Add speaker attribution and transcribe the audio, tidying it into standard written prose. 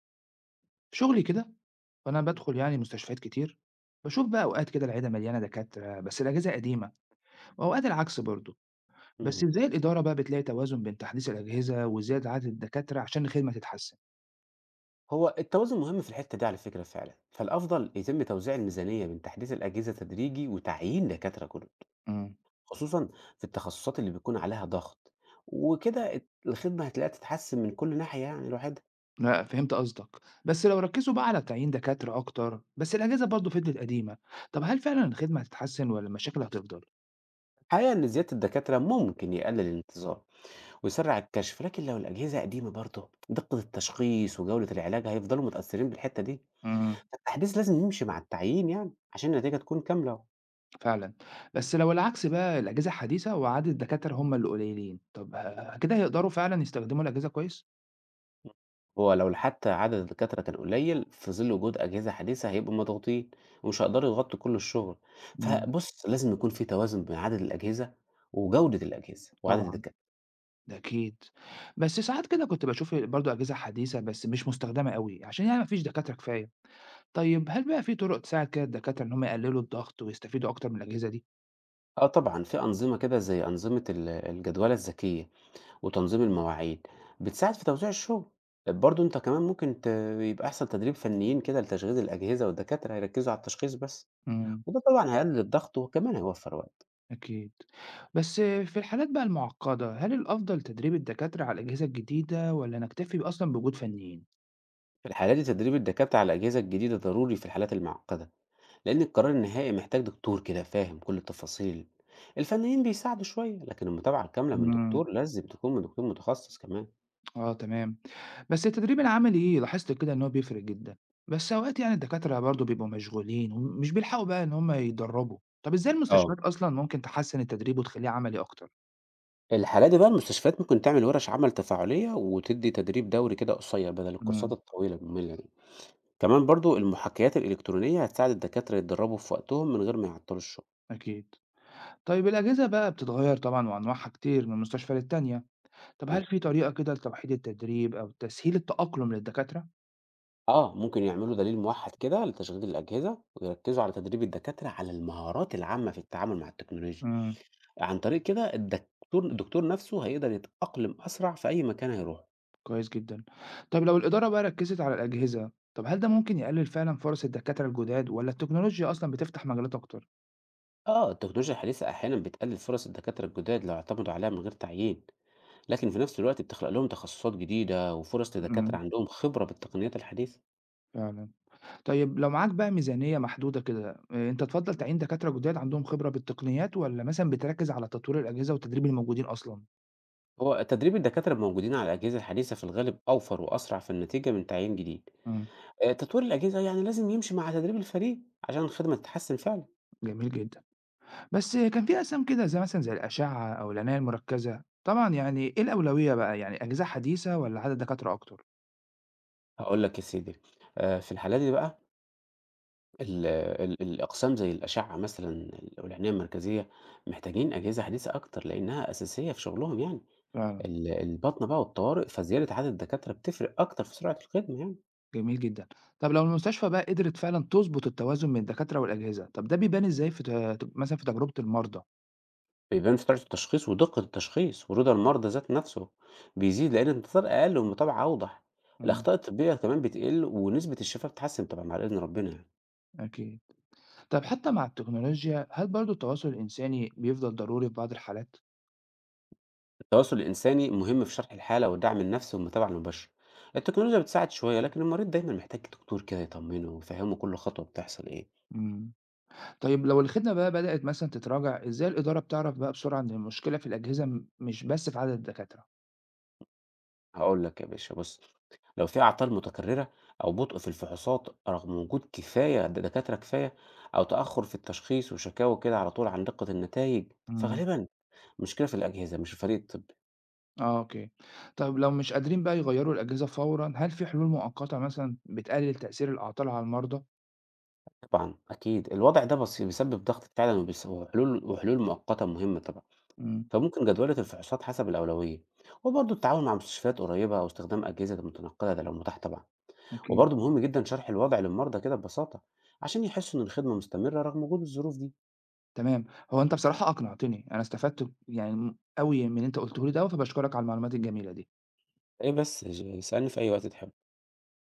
Speaker 1: في شغلي كده، فأنا
Speaker 2: إمم.
Speaker 1: بادخل يعني مستشفيات كتير. بشوف بقى أوقات كده العيادة مليانة دكاترة بس الأجهزة قديمة، وأوقات العكس برضه. بس
Speaker 2: اهم.
Speaker 1: إزاي الإدارة بقى بتلاقي توازن بين تحديث الأجهزة وزيادة عدد الدكاترة عشان الخدمة تتحسن؟
Speaker 2: هو التوازن مهم في الحتّة دي على فكرة فعلًا، فالأفضل يتم توزيع الميزانية بين تحديث الأجهزة تدريجي وتعيين دكاترة جدد،
Speaker 1: امم
Speaker 2: خصوصًا في التخصصات اللي بيكون عليها ضغط، وكده الخدمة هتلاقيها تتحسن من كل ناحية يعني لوحدها.
Speaker 1: لا، فهمت قصدك. بس لو ركزوا بقى على تعيين دكاترة أكتر بس الأجهزة برضه فضلت قديمة، طب هل فعلا الخدمة هتتحسن ولا المشاكل هتفضل؟
Speaker 2: الحقيقة إن زيادة الدكاترة ممكن يقلل الانتظار ويسرّع الكشف، لكن لو الأجهزة قديمة برضه دقة التشخيص وجودة العلاج هيفضلوا متأثرين بالحتّة دي،
Speaker 1: امم
Speaker 2: فالتحديث لازم يمشي مع التعيين يعني عشان النتيجة تكون كاملة.
Speaker 1: فعلا. بس لو العكس بقى الأجهزة حديثة وعدد الدكاترة هم اللي قليلين، طب كده هيقدروا فعلا يستخدموا الأجهزة كويس؟
Speaker 2: هو لو حتى عدد الدكاترة كان قليل في ظل وجود أجهزة حديثة هيبقوا مضغوطين ومش هيقدروا يغطوا كل الشغل.
Speaker 1: امم
Speaker 2: فبص لازم يكون في توازن بين عدد الأجهزة وجودة الأجهزة وعدد
Speaker 1: طبعا،
Speaker 2: الدكاترة.
Speaker 1: ده أكيد. بس ساعات كده كنت باشوف برضه أجهزة حديثة بس مش مستخدمة أوي، عشان يعني ما فيش دكاترة كفاية. طيب هل بقى في طرق تساعد كده الدكاترة إن هم يقللوا الضغط ويستفيدوا أكتر من الأجهزة دي؟
Speaker 2: اه طبعا في أنظمة كده زي أنظمة الجدولة الذكية وتنظيم المواعيد بتساعد في توزيع الشغل. برضو انت كمان يبقى أحسن تدريب فنيين كده لتشغيل الأجهزة والدكاترة هيركزوا على التشخيص بس،
Speaker 1: إمم،
Speaker 2: وده طبعا هيقلل الضغط وكمان هيوفر وقت.
Speaker 1: أكيد. بس في الحالات بقى المعقدة، هل الأفضل تدريب الدكاترة على الأجهزة الجديدة والّا نكتفي أصلًا بوجود فنيين؟
Speaker 2: في الحالة دي تدريب الدكاترة على الأجهزة الجديدة ضروري في الحالات المعقدة، لأن القرار النهائي محتاج دكتور كده فاهم كل التفاصيل. الفنانين بيساعدوا شوية لكن المتابعة الكاملة من
Speaker 1: إمم.
Speaker 2: دكتور لازم تكون من دكتور متخصص كمان.
Speaker 1: آه تمام. بس التدريب العملي لاحظت كده إن هو بيفرق جدًا، بس أوقات يعني الدكاترة برضه بيبقوا مشغولين ومش بيلحقوا بقى إن هم يتدربوا، طب إزاي
Speaker 2: اه
Speaker 1: المستشفيات أصلًا ممكن تحسن التدريب وتخليه عملي أكتر؟
Speaker 2: الحالات دي بقى المستشفيات ممكن تعمل ورش عمل تفاعلية وتدي تدريب دوري كده قصير بدل الكورسات
Speaker 1: إمم،
Speaker 2: الطويلة المملة دي. كمان برضو المحاكيات الإلكترونية هتساعد الدكاترة يتدربوا في وقتهم من غير ما يعطلوا الشغل.
Speaker 1: أكيد. طيب الأجهزة بقى بتتغير طبعًا وأنواعها كتير من مستشفى للتانية، طب هل في طريقة كده لتوحيد التدريب أو تسهيل التأقلم للدكاترة؟
Speaker 2: اه ممكن يعملوا دليل موحد كده لتشغيل الأجهزة ويركزوا على تدريب الدكاترة على المهارات العامة في التعامل مع التكنولوجيا.
Speaker 1: إمم،
Speaker 2: عن طريق كده الدكتور نفسه هيقدر يتأقلم أسرع في أي مكان هيروحه.
Speaker 1: كويس جدًا. طب لو الإدارة بقى ركزت على الأجهزة، طب هل ده ممكن يقلل فعلًا فرص الدكاترة الجداد والّا التكنولوجيا أصلًا بتفتح مجالات أكتر؟
Speaker 2: آه التكنولوجيا الحديثة أحيانا بتقلل فرص الدكاترة الجداد لو اعتمدوا عليها من غير تعيين، لكن في نفس الوقت بتخلق لهم تخصصات جديدة وفرص لدكاترة
Speaker 1: إمم،
Speaker 2: عندهم خبرة بالتقنيات الحديثة.
Speaker 1: فعلًا. طيب لو معاك بقى ميزانية محدودة كده، أنت تفضّل تعيين دكاترة جداد عندهم خبرة بالتقنيات والّا مثلًا بتركّز على تطوير الأجهزة وتدريب الموجودين أصلًا؟
Speaker 2: هو تدريب الدكاترة الموجودين على الأجهزة الحديثة في الغالب أوفر وأسرع في النتيجة من تعيين جديد.
Speaker 1: إمم،
Speaker 2: آه، تطوير الأجهزة يعني لازم يمشي مع تدريب الفريق عشان الخدمة تتحسن فعلا.
Speaker 1: جميل جدًا. بس كان في أقسام كده زي مثلًا زي الأشعة أو العناية المركزة، طبعًا يعني إيه الأولوية بقى، يعني أجهزة حديثة والّا عدد دكاترة أكتر؟
Speaker 2: هقول لك يا سيدي. آه، في الحالة دي بقى ال الأقسام زي الأشعة مثلًا والعناية المركزية محتاجين أجهزة حديثة أكتر، لإنها أساسية في شغلهم يعني،
Speaker 1: فعلًا،
Speaker 2: الباطنة بقى والطوارئ، فزيادة عدد الدكاترة بتفرق أكتر في سرعة الخدمة يعني.
Speaker 1: جميل جدًا. طب لو المستشفى بقى قدرت فعلًا تضبط التوازن بين الدكاترة والأجهزة، طب ده بيبان إزاي في ت ت مثلًا في تجربة المرضى؟
Speaker 2: بيبان في سرعة التشخيص ودقة التشخيص، ورضا المرضى ذات نفسه بيزيد لأن الانتظار أقل والمتابعة أوضح،
Speaker 1: إمم،
Speaker 2: الأخطاء الطبية كمان بتقل ونسبة الشفا بتتحسن طبعًا على إذن ربنا يعني.
Speaker 1: أكيد. طب حتى مع التكنولوجيا، هل برضه التواصل الإنساني بيفضل ضروري في بعض الحالات؟
Speaker 2: التواصل الإنساني مهم في شرح الحالة والدعم النفسي والمتابعة المباشرة. التكنولوجيا بتساعد شوية لكن المريض دايما محتاج دكتور كده يطمنه ويفهمه كل خطوة بتحصل إيه.
Speaker 1: إمم. طيب لو الخدمة بقى بدأت مثلًا تتراجع، إزاي الإدارة بتعرف بقى بسرعة إن المشكلة في الأجهزة مش بس في عدد الدكاترة؟
Speaker 2: هقول لك يا باشا بص، لو في أعطال متكررة أو بطء في الفحوصات رغم وجود كفاية دكاترة كفاية، أو تأخر في التشخيص وشكاوى كده على طول عن دقة النتائج،
Speaker 1: إمم.
Speaker 2: فغالبا مشكلة في الأجهزة مش في فريق الطب.
Speaker 1: آه، أوكي. طب لو مش قادرين بقى يغيّروا الأجهزة فورًا، هل في حلول مؤقتة مثلًا بتقلل تأثير الأعطال على المرضى؟
Speaker 2: طبعا أكيد الوضع ده بس بيسبب ضغط فعلا وحلول مؤقتة مهمة طبعا.
Speaker 1: إمم،
Speaker 2: فممكن جدولة الفحوصات حسب الأولوية، وبرضه التعاون مع مستشفيات قريبة أو استخدام أجهزة متنقلة ده لو متاح طبعا.
Speaker 1: أكيد.
Speaker 2: وبرضه مهم جدا شرح الوضع للمرضى كده ببساطة عشان يحسوا إن الخدمة مستمرة رغم وجود الظروف دي.
Speaker 1: تمام. هو أنت بصراحة أقنعتني، أنا استفدت يعني أوي من اللي أنت قُلته لي ده، فباشكرك على المعلومات الجميلة دي.
Speaker 2: إيه بس اسألني في أي وقت تحب.